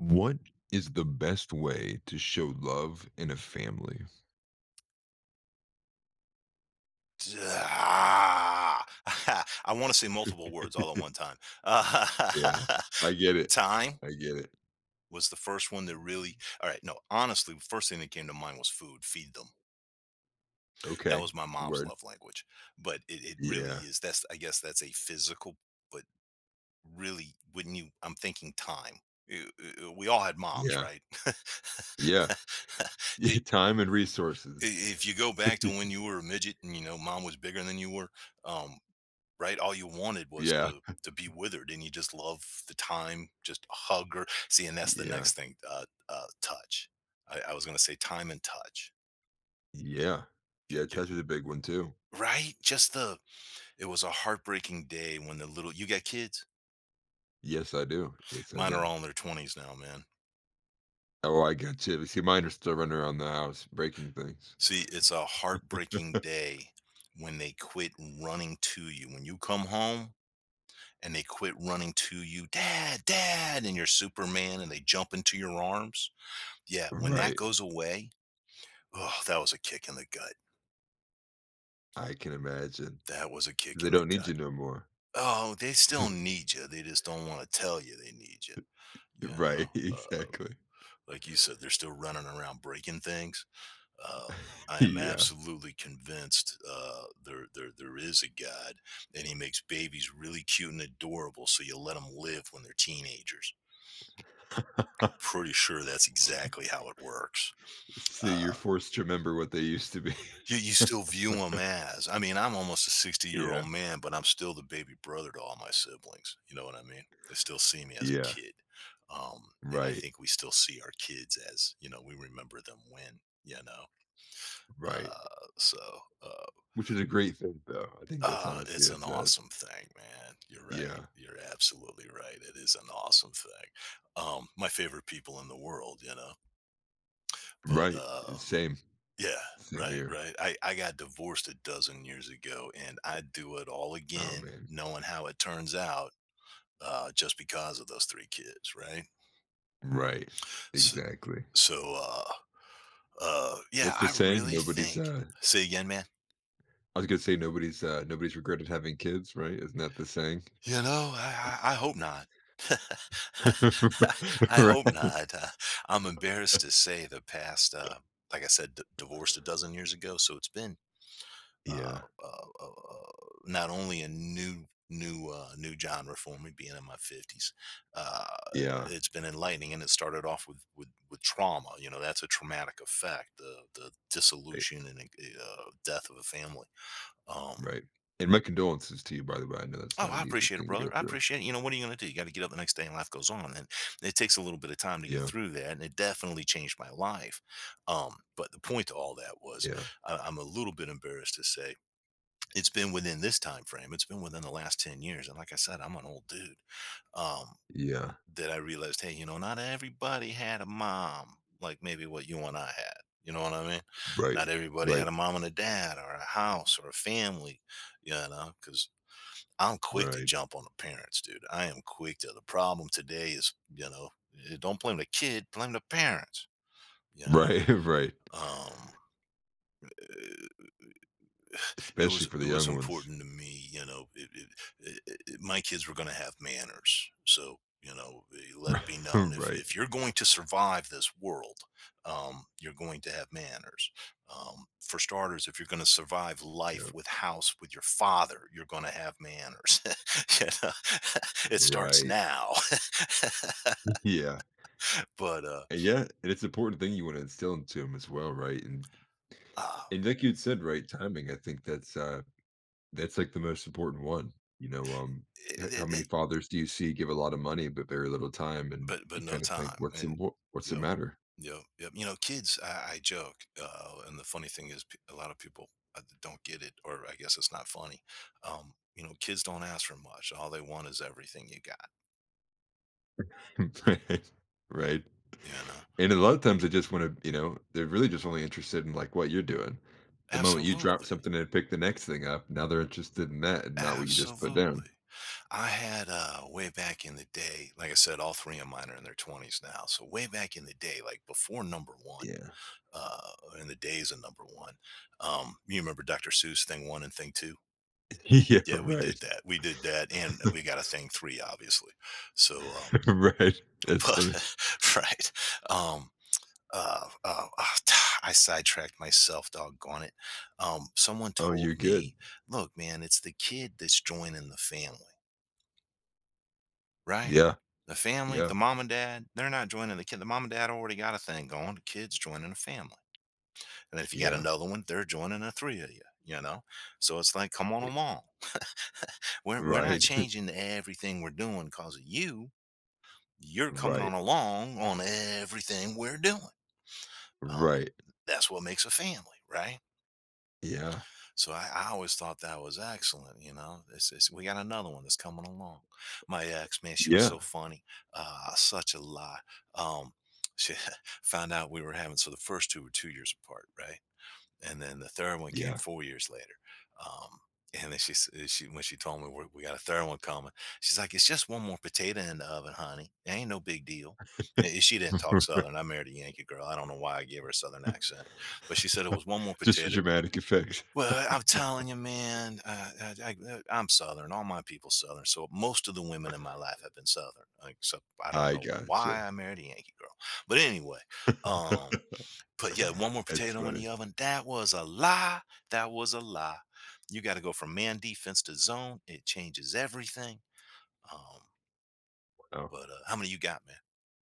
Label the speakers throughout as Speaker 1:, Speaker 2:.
Speaker 1: What is the best way to show love in a family?
Speaker 2: Ah, I want to say multiple words all at one time. Uh,
Speaker 1: Yeah, I get it.
Speaker 2: Time
Speaker 1: I get it.
Speaker 2: was the first one that really, all right, no, honestly, the first thing that came to mind was food, feed them. That
Speaker 1: Okay,
Speaker 2: was my mom's
Speaker 1: word.
Speaker 2: love language. But it really
Speaker 1: Yeah,
Speaker 2: is, that's, I guess that's a physical, but really, when you, I'm thinking time. Uh, We all had moms,
Speaker 1: yeah,
Speaker 2: right?
Speaker 1: yeah. Yeah,
Speaker 2: Did,
Speaker 1: time and
Speaker 2: i-
Speaker 1: resources.
Speaker 2: if you go back to when you were a midget and you know mom was bigger than you were, um right, all you wanted was
Speaker 1: Yeah,
Speaker 2: to be withered, and you just love the time, just hug her, see? And that's the
Speaker 1: yeah,
Speaker 2: next thing, touch. I was going to say time and touch.
Speaker 1: yeah. Yeah,
Speaker 2: Get- get-
Speaker 1: touch is a big one too.
Speaker 2: right, just the, it was a heartbreaking day when the little, you got kids,
Speaker 1: Yes, I do. Yes, I
Speaker 2: mine are
Speaker 1: do.
Speaker 2: all in their 20s now, man.
Speaker 1: Oh, I got you. See, mine are still running around the house breaking things.
Speaker 2: See, it's a heartbreaking day when they quit running to you when you come home, and they quit running to you, "Dad, dad," and you're Superman and they jump into your arms. Yeah, when that
Speaker 1: Right.
Speaker 2: goes away, oh, that was a kick in the gut.
Speaker 1: I can imagine.
Speaker 2: That was a kick
Speaker 1: They
Speaker 2: in the
Speaker 1: don't need
Speaker 2: gut.
Speaker 1: you no more.
Speaker 2: Oh, they still need you. They just don't want to tell you they need you. You know,
Speaker 1: Right,
Speaker 2: uh,
Speaker 1: exactly.
Speaker 2: like you said, they're still running around breaking things. Uh, I am
Speaker 1: Yeah.
Speaker 2: absolutely convinced, there is a God, and He makes babies really cute and adorable, so you let them live when they're teenagers. Pretty sure that's exactly how it works.
Speaker 1: So you're
Speaker 2: Uh,
Speaker 1: forced to remember what they used to be.
Speaker 2: you still view them as, I mean, I'm almost a
Speaker 1: Yeah,
Speaker 2: 60-year-old man, but I'm still the baby brother to all my siblings, you know what I mean? They still see me as a
Speaker 1: yeah,
Speaker 2: kid, and I
Speaker 1: right,
Speaker 2: think we still see our kids as, you know, we remember them when, you know?
Speaker 1: right,
Speaker 2: Uh, so, uh,
Speaker 1: which is a great thing, though. I think that's honestly
Speaker 2: it's an
Speaker 1: it's a
Speaker 2: awesome thing, man. You're right.
Speaker 1: yeah,
Speaker 2: You're absolutely right. It is an awesome thing. My favorite people in the world, you know? But,
Speaker 1: right.
Speaker 2: uh
Speaker 1: It's same,
Speaker 2: Yeah,
Speaker 1: same
Speaker 2: right,
Speaker 1: here.
Speaker 2: right. I got divorced a dozen years ago and I'd do it all
Speaker 1: Oh,
Speaker 2: again,
Speaker 1: man,
Speaker 2: knowing how it turns out, just because of those three kids, right?
Speaker 1: right,
Speaker 2: So,
Speaker 1: exactly.
Speaker 2: so yeah,
Speaker 1: What's the
Speaker 2: I
Speaker 1: saying?
Speaker 2: really
Speaker 1: Nobody's,
Speaker 2: think,
Speaker 1: uh
Speaker 2: say again, man,
Speaker 1: I was gonna say nobody's regretted having kids, right? Isn't that the saying?
Speaker 2: you know, I hope not. I hope
Speaker 1: Right.
Speaker 2: not. I'm embarrassed to say the past, like I said, divorced a dozen years ago. So it's been uh,
Speaker 1: Yeah,
Speaker 2: uh, uh, uh, not only a new genre for me being in my 50s. uh,
Speaker 1: yeah,
Speaker 2: it's been enlightening, and it started off with with trauma. You know, that's a traumatic effect, the
Speaker 1: right,
Speaker 2: dissolution and, death of a family. um
Speaker 1: right, and my condolences to you, by the way. I know that's
Speaker 2: Oh,
Speaker 1: not
Speaker 2: I
Speaker 1: an easy
Speaker 2: appreciate it,
Speaker 1: thing to
Speaker 2: brother.
Speaker 1: go
Speaker 2: I
Speaker 1: through.
Speaker 2: appreciate it. You know, what are you going to do? You got to get up the next day and life goes on. And it takes a little bit of time to get
Speaker 1: Yeah,
Speaker 2: through that. And it definitely changed my life. But the point to all that was,
Speaker 1: yeah,
Speaker 2: I'm a little bit embarrassed to say it's been within this time frame. It's been within the last 10 years. And like I said, I'm an old dude. Um,
Speaker 1: yeah,
Speaker 2: that I realized, hey, you know, not everybody had a mom like maybe what you and I had. You know what I mean?
Speaker 1: right,
Speaker 2: Not everybody had
Speaker 1: right,
Speaker 2: a mom and a dad or a house or a family, you know, because I'm quick to
Speaker 1: right,
Speaker 2: jump on the parents, dude. I am quick to, the problem today is, you know, don't blame the kid, blame the parents, you know.
Speaker 1: right, right.
Speaker 2: Um eh,
Speaker 1: Especially for the
Speaker 2: it was
Speaker 1: young ones.
Speaker 2: important to me, you know, it my kids were gonna have manners. So, you know, let it be known,
Speaker 1: Right.
Speaker 2: if you're going to survive this world, you're going to have manners. For starters, if you're gonna survive life
Speaker 1: Yeah,
Speaker 2: with house with your father, you're gonna have manners, you know? It starts
Speaker 1: right.
Speaker 2: now.
Speaker 1: Yeah.
Speaker 2: But, uh,
Speaker 1: And yeah, and it's an important thing you wanna instill into them as well, right? And
Speaker 2: ah,
Speaker 1: and like you'd said, right, timing, I think that's, like, the most important one. You know, h how
Speaker 2: eh,
Speaker 1: many fathers do you see give a lot of money but very little time, and
Speaker 2: but but
Speaker 1: you
Speaker 2: no
Speaker 1: kinda think,
Speaker 2: time,
Speaker 1: "What's the
Speaker 2: and
Speaker 1: what's the
Speaker 2: yep
Speaker 1: matter?"
Speaker 2: yep. You know, kids, I joke, and the funny thing is, a lot of people, don't get it, or I guess it's not funny. Um, you know, kids don't ask for much, all they want is everything you got,
Speaker 1: Right. Right.
Speaker 2: you know.
Speaker 1: And a lot of times they just wanna they're really just only interested in, like, what you're doing. The moment you drop
Speaker 2: Absolutely.
Speaker 1: something and pick the next thing up, now they're interested in that and not what you just put down.
Speaker 2: Absolutely. I had, way back in the day, like I said, all three of mine are in their 20s now, so way back in the day, like before number one,
Speaker 1: Yeah.
Speaker 2: uh in the days of number one, um, you remember Dr. Seuss, thing one and thing two?
Speaker 1: Yeah,
Speaker 2: Yeah, we
Speaker 1: right.
Speaker 2: did that. We did that, and we got a thing 3, obviously. So,
Speaker 1: Right. That's funny.
Speaker 2: but right. Um, uh, uh, ah, I sidetracked myself, doggone it. Someone
Speaker 1: Oh,
Speaker 2: told
Speaker 1: you're good.
Speaker 2: me, "Look, man, it's the kid that's joining the family," right?
Speaker 1: Yeah.
Speaker 2: The family,
Speaker 1: Yeah.
Speaker 2: the mom and dad, they're not joining the kid. The mom and dad already got a thing going. The kid's joining a family. And then if you got
Speaker 1: Yeah.
Speaker 2: another one, they're joining the 3 of you, you know? So it's like, come on
Speaker 1: Eh
Speaker 2: along. We're not
Speaker 1: right.
Speaker 2: changing everything we're doing 'cause of you. You're coming on
Speaker 1: Right.
Speaker 2: along on everything we're doing. Um,
Speaker 1: Right.
Speaker 2: that's what makes a family, right?
Speaker 1: Yeah.
Speaker 2: So I always thought that was excellent. You know, it's, we got another one that's coming along. My ex, man, she was
Speaker 1: Yeah.
Speaker 2: so funny, such a lie. Um, she found out we were having, so the first two were 2 years apart, right? And then the third one came
Speaker 1: Yeah.
Speaker 2: 4 years later. Um, and then she, she, when she told me we got a third one coming, she's like, "It's just one more potato in the oven, honey. It ain't no big deal." Yeah, and she didn't talk Southern. I married a Yankee girl. I don't know why I gave her a Southern accent, but she said it was one more
Speaker 1: Just for
Speaker 2: potato.
Speaker 1: dramatic effect.
Speaker 2: Well, I'm telling you, man, I'm Southern. All my people Southern. So most of the women in my life have been Southern, except I don't
Speaker 1: I
Speaker 2: know why
Speaker 1: gotcha.
Speaker 2: I married a Yankee girl. But anyway, um, put, yeah, one more
Speaker 1: That's
Speaker 2: potato in
Speaker 1: funny.
Speaker 2: the oven. That was a lie. That was a lie. You gotta go from man defense to zone. It changes everything. Um,
Speaker 1: Wow.
Speaker 2: how many you got, man?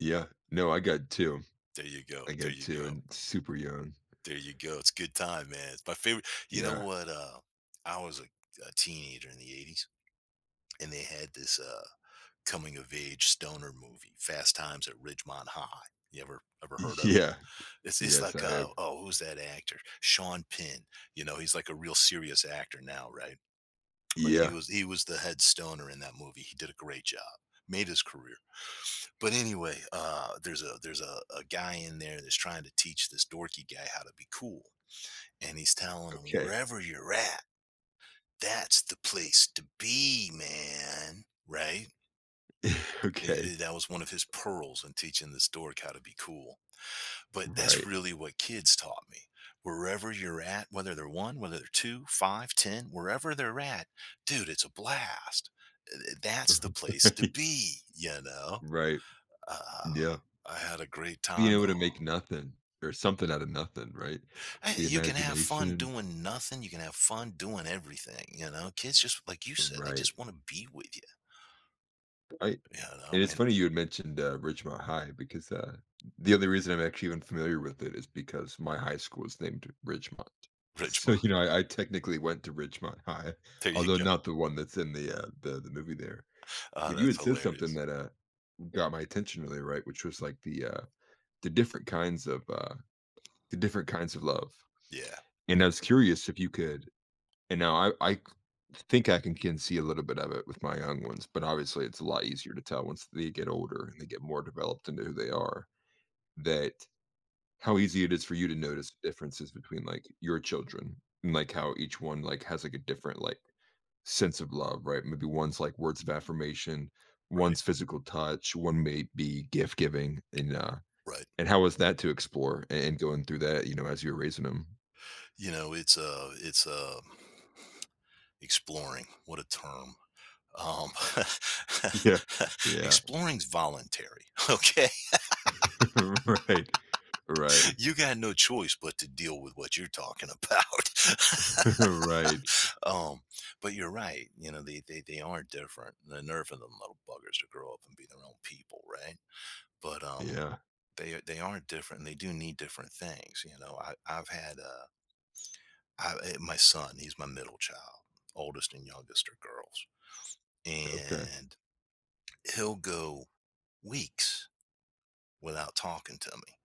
Speaker 1: Yeah. No, I got 2.
Speaker 2: There you go.
Speaker 1: I
Speaker 2: There
Speaker 1: got
Speaker 2: you
Speaker 1: 2
Speaker 2: go.
Speaker 1: and super young.
Speaker 2: There you go. It's good time, man. It's my favorite, you know
Speaker 1: Yeah.
Speaker 2: what, I was a teenager in the '80s, and they had this, coming of age stoner movie, Fast Times at Ridgemont High. You ever heard of it?
Speaker 1: Yeah.
Speaker 2: It's
Speaker 1: Yes,
Speaker 2: like,
Speaker 1: I have.
Speaker 2: oh, who's that actor? Sean Penn. You know, he's like a real serious actor now, right? But
Speaker 1: Yeah.
Speaker 2: he was the head stoner in that movie. He did a great job. Made his career. But anyway, there's a a guy in there that's trying to teach this dorky guy how to be cool. And he's telling him,
Speaker 1: Okay.
Speaker 2: wherever you're at, that's the place to be, man. Right?
Speaker 1: Okay.
Speaker 2: That was one of his pearls in teaching this dork how to be cool. But that's
Speaker 1: Right.
Speaker 2: really what kids taught me. Wherever you're at, whether they're 1, whether they're 2, five, ten, wherever they're at, dude, it's a blast. That's the place to be, you know?
Speaker 1: Right.
Speaker 2: Uh,
Speaker 1: Yeah.
Speaker 2: I had a great
Speaker 1: Being
Speaker 2: time,
Speaker 1: able to
Speaker 2: though.
Speaker 1: make nothing or something out of nothing, right? The
Speaker 2: You can have fun
Speaker 1: imagination.
Speaker 2: doing nothing, you can have fun doing everything, you know? Kids, just like you said, they
Speaker 1: Right.
Speaker 2: just wanna be with you,
Speaker 1: I
Speaker 2: you know,
Speaker 1: and it's
Speaker 2: and
Speaker 1: funny you had mentioned, Ridgemont High because, the only reason I'm actually even familiar with it is because my high school is named Ridgemont. So,
Speaker 2: Richmond,
Speaker 1: you know, I technically went to Ridgemont High,
Speaker 2: there you
Speaker 1: although
Speaker 2: go.
Speaker 1: not the one that's in the, the movie there.
Speaker 2: Oh,
Speaker 1: But you
Speaker 2: that's
Speaker 1: had said something
Speaker 2: hilarious.
Speaker 1: that got my attention really right, which was like the different kinds of uh the different kinds of love.
Speaker 2: Yeah.
Speaker 1: And I was curious if you could, and now I think I can see a little bit of it with my young ones, but obviously it's a lot easier to tell once they get older and they get more developed into who they are that how easy it is for you to notice differences between like your children and like how each one like has like a different like sense of love, right? Maybe one's like words of affirmation,
Speaker 2: Right.
Speaker 1: one's physical touch, one may be gift giving,
Speaker 2: Right.
Speaker 1: and how was that to explore and going through that, you know, as you were raising them?
Speaker 2: You know, it's, a, it's, a, exploring, what a term. Um,
Speaker 1: Yeah, yeah,
Speaker 2: exploring's voluntary, okay?
Speaker 1: right, right,
Speaker 2: You got no choice but to deal with what you're talking about.
Speaker 1: right.
Speaker 2: um, but you're right. You know, they are different. The nerve of them little buggers to grow up and be their own people, right? But
Speaker 1: Yeah,
Speaker 2: they are different. And they do need different things. You know, I I've had my son. He's my middle child. Oldest and youngest are girls,
Speaker 1: okay,
Speaker 2: and he'll go weeks without talking to me.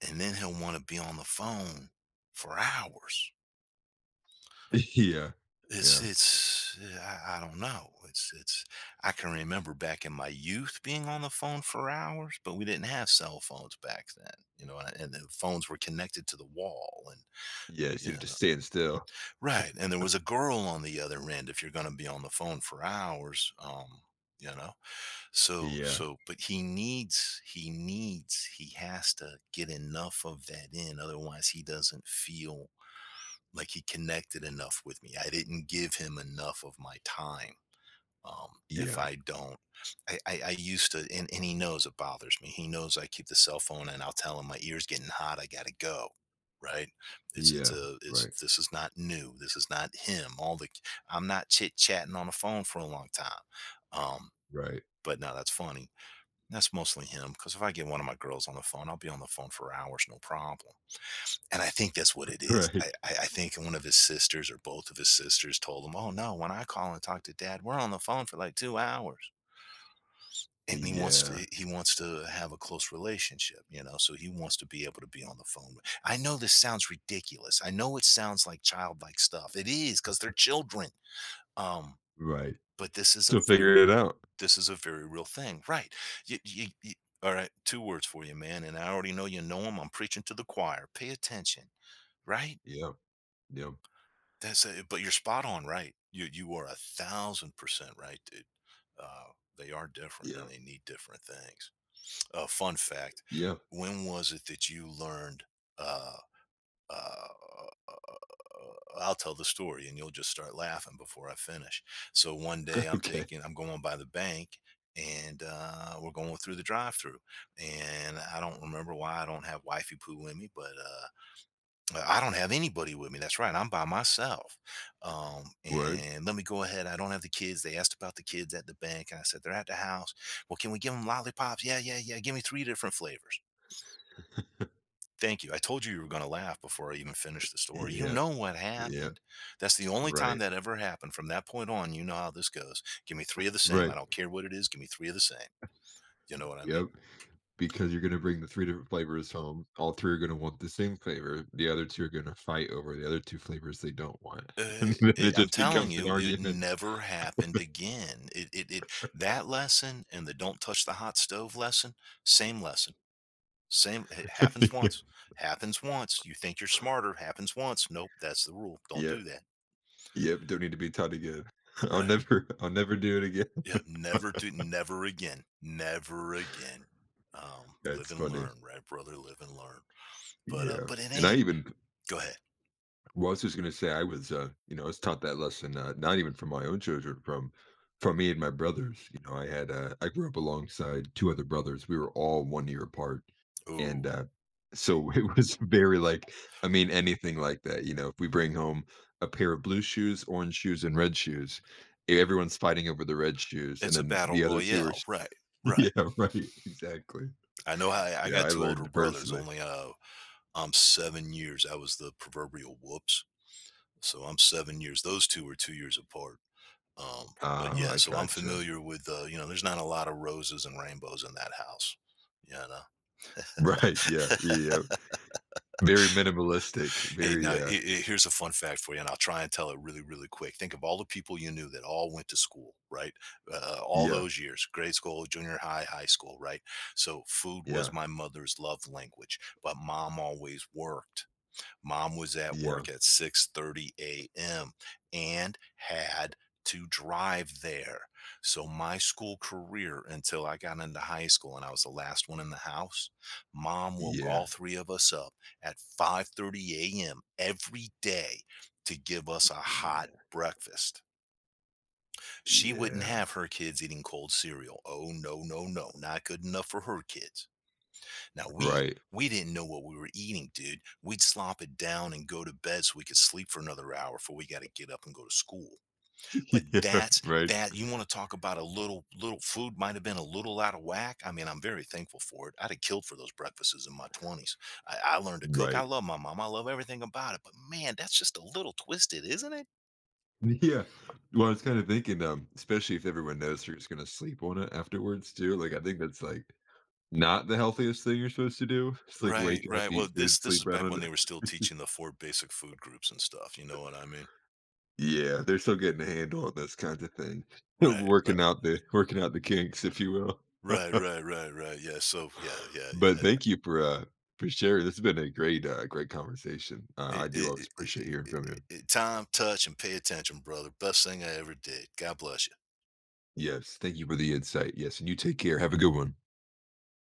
Speaker 2: And then he'll want to be on the phone for hours.
Speaker 1: yeah, yeah,
Speaker 2: I don't know. It's I can remember back in my youth being on the phone for hours, but we didn't have cell phones back then, you know, and the phones were connected to the wall, and
Speaker 1: yeah.
Speaker 2: you
Speaker 1: Instead of
Speaker 2: know,
Speaker 1: just staying still.
Speaker 2: right. And there was a girl on the other end, if you're gonna be on the phone for hours, you know. So
Speaker 1: Yeah,
Speaker 2: so but he needs he has to get enough of that in, otherwise he doesn't feel like he connected enough with me. I didn't give him enough of my time. If
Speaker 1: yeah,
Speaker 2: I don't, I used to, and he knows it bothers me. He knows I keep the cell phone, and I'll tell him my ears getting hot. I gotta go. Right? It's
Speaker 1: yeah.
Speaker 2: a it's
Speaker 1: Right,
Speaker 2: this is not new. This is not him. All the I'm not chit chatting on the phone for a long time. Um,
Speaker 1: right,
Speaker 2: but no, that's funny. That's mostly him, because if I get one of my girls on the phone, I'll be on the phone for hours, no problem, and I think that's what it is.
Speaker 1: right.
Speaker 2: I think one of his sisters or both of his sisters told him, "Oh, no, when I call and talk to Dad, we're on the phone for, like, 2 hours," and he wants
Speaker 1: Yeah,
Speaker 2: to he wants to have a close relationship, so he wants to be able to be on the phone. I know this sounds ridiculous. I know it sounds like childlike stuff. It is because 'cause they're children, um,
Speaker 1: right.
Speaker 2: but
Speaker 1: Still figuring it out.
Speaker 2: this is a very real thing. Right. You, you, you, all right. Two words for you, man. And I already know you know them. I'm preaching to the choir. Pay attention. Right.
Speaker 1: Yeah, yeah,
Speaker 2: That's it. But you're spot on. Right. You are 1,000% right, dude. Uh, they are different
Speaker 1: yeah,
Speaker 2: and they need different things. Fun fact.
Speaker 1: yeah.
Speaker 2: When was it that you learned, uh, uh, I'll tell the story and you'll just start laughing before I finish. So one day
Speaker 1: Okay.
Speaker 2: I'm going by the bank and we're going through the drive through. And I don't remember why I don't have wifey poo with me, but I don't have anybody with me. That's right. I'm by myself.
Speaker 1: Word.
Speaker 2: And let me go ahead. I don't have the kids. They asked about the kids at the bank. And I said, they're at the house. Well, can we give them lollipops? Yeah, yeah, yeah. Give me three different flavors. Thank you. I told you you were going to laugh before I even finished the story. You
Speaker 1: Yep,
Speaker 2: know what
Speaker 1: yep,
Speaker 2: happened. That's the only time
Speaker 1: right,
Speaker 2: that ever happened. From that point on, you know how this goes. Give me three of the same. I
Speaker 1: right,
Speaker 2: don't care what it is. Give me three of the same. You know what I mean?
Speaker 1: yep, because you're gonna bring the 3 different flavors home, all 3 are gonna want the same flavor, the other 2 are gonna fight over the other 2 flavors they don't want, and then it
Speaker 2: I'm
Speaker 1: just
Speaker 2: telling
Speaker 1: becomes an
Speaker 2: you, it
Speaker 1: argument.
Speaker 2: never happened again. That lesson and the don't touch the hot stove lesson. Same, it happens
Speaker 1: Yep,
Speaker 2: once, happens once. You think you're smarter, happens once. Nope, that's the rule. Don't
Speaker 1: yep,
Speaker 2: do that.
Speaker 1: yep, don't need to be taught again. I'll
Speaker 2: Right.
Speaker 1: never I'll never do it again.
Speaker 2: Yeah, never again, never again. Live
Speaker 1: That's
Speaker 2: and
Speaker 1: funny.
Speaker 2: learn, right, brother? Live and learn.
Speaker 1: Yeah,
Speaker 2: But it
Speaker 1: and I
Speaker 2: ain't.
Speaker 1: even
Speaker 2: Go ahead.
Speaker 1: Well, I was just gonna say I was, you know, I was taught that lesson, not even from my own children, from me and my brothers. You know, I had, I grew up alongside two other brothers. We were all one year apart,
Speaker 2: Ooh,
Speaker 1: and so it was very like, I mean, anything like that. You know, if we bring home a pair of blue shoes, orange shoes, and red shoes, everyone's fighting over the red shoes, and
Speaker 2: it's a
Speaker 1: then
Speaker 2: battle
Speaker 1: the other two are,
Speaker 2: royale,
Speaker 1: s-
Speaker 2: right? Right.
Speaker 1: Yeah, right, exactly.
Speaker 2: I know. I
Speaker 1: Yeah,
Speaker 2: got
Speaker 1: I
Speaker 2: two older
Speaker 1: learned
Speaker 2: brothers.
Speaker 1: personally.
Speaker 2: Only I'm 7 years. I was the proverbial whoops. So I'm 7 years. Those two are 2 years apart. Um, but
Speaker 1: Oh,
Speaker 2: yeah,
Speaker 1: I
Speaker 2: so I'm
Speaker 1: gotcha.
Speaker 2: familiar with you know, there's not a lot of roses and rainbows in that house. You know.
Speaker 1: Right. Yeah. Yeah. Very minimalistic,
Speaker 2: Hey, now
Speaker 1: very,
Speaker 2: here's a fun fact for you, and I'll try and tell it really, really quick. Think of all the people you knew that all went to school, right? All
Speaker 1: yeah,
Speaker 2: those years, grade school, junior high, high school, right? So food was
Speaker 1: yeah,
Speaker 2: my mother's love language, but Mom always worked. Mom was at
Speaker 1: yeah,
Speaker 2: work at 6:30 a.m. and had to drive there. So my school career until I got into high school and I was the last one in the house, Mom woke
Speaker 1: yeah,
Speaker 2: all three of us up at 5:30 a.m. every day to give us a hot
Speaker 1: yeah,
Speaker 2: breakfast. She wouldn't
Speaker 1: yeah,
Speaker 2: have her kids eating cold cereal. Oh no, no, no. Not good enough for her kids. Now we
Speaker 1: right.
Speaker 2: we didn't know what we were eating, dude. We'd slop it down and go to bed so we could sleep for another hour before we got to get up and go to school. But
Speaker 1: Yeah,
Speaker 2: that's
Speaker 1: right,
Speaker 2: that. You want to talk about a little little food might have been a little out of whack. I mean, I'm very thankful for it. I'd have killed for those breakfasts in my 20s. I learned to cook. I
Speaker 1: right.
Speaker 2: love my mom. I love everything about it. But man, that's just a little twisted, isn't it?
Speaker 1: Yeah. Well, I was kinda thinking, especially if everyone knows they're just gonna sleep on it afterwards too, like, I think that's, like, not the healthiest thing you're supposed to do. It's like
Speaker 2: Right,
Speaker 1: wake up,
Speaker 2: right. Well,
Speaker 1: eat food,
Speaker 2: this
Speaker 1: sleep
Speaker 2: is
Speaker 1: right
Speaker 2: back
Speaker 1: on
Speaker 2: when
Speaker 1: it.
Speaker 2: they were still teaching the four basic food groups and stuff. You know what I mean?
Speaker 1: Yeah, they're still getting a handle on this kinda thing.
Speaker 2: Right, right,
Speaker 1: Working out the kinks, if you will.
Speaker 2: right, right, right, right. Yeah. So yeah, yeah,
Speaker 1: But
Speaker 2: yeah.
Speaker 1: thank you for, for sharing. This has been a great conversation. I
Speaker 2: It,
Speaker 1: do always
Speaker 2: it,
Speaker 1: appreciate
Speaker 2: it,
Speaker 1: hearing from
Speaker 2: it,
Speaker 1: you.
Speaker 2: it, time, touch, and pay attention, brother. Best thing I ever did. God bless you.
Speaker 1: Yes, thank you for the insight. Yes, and you take care. Have a good one.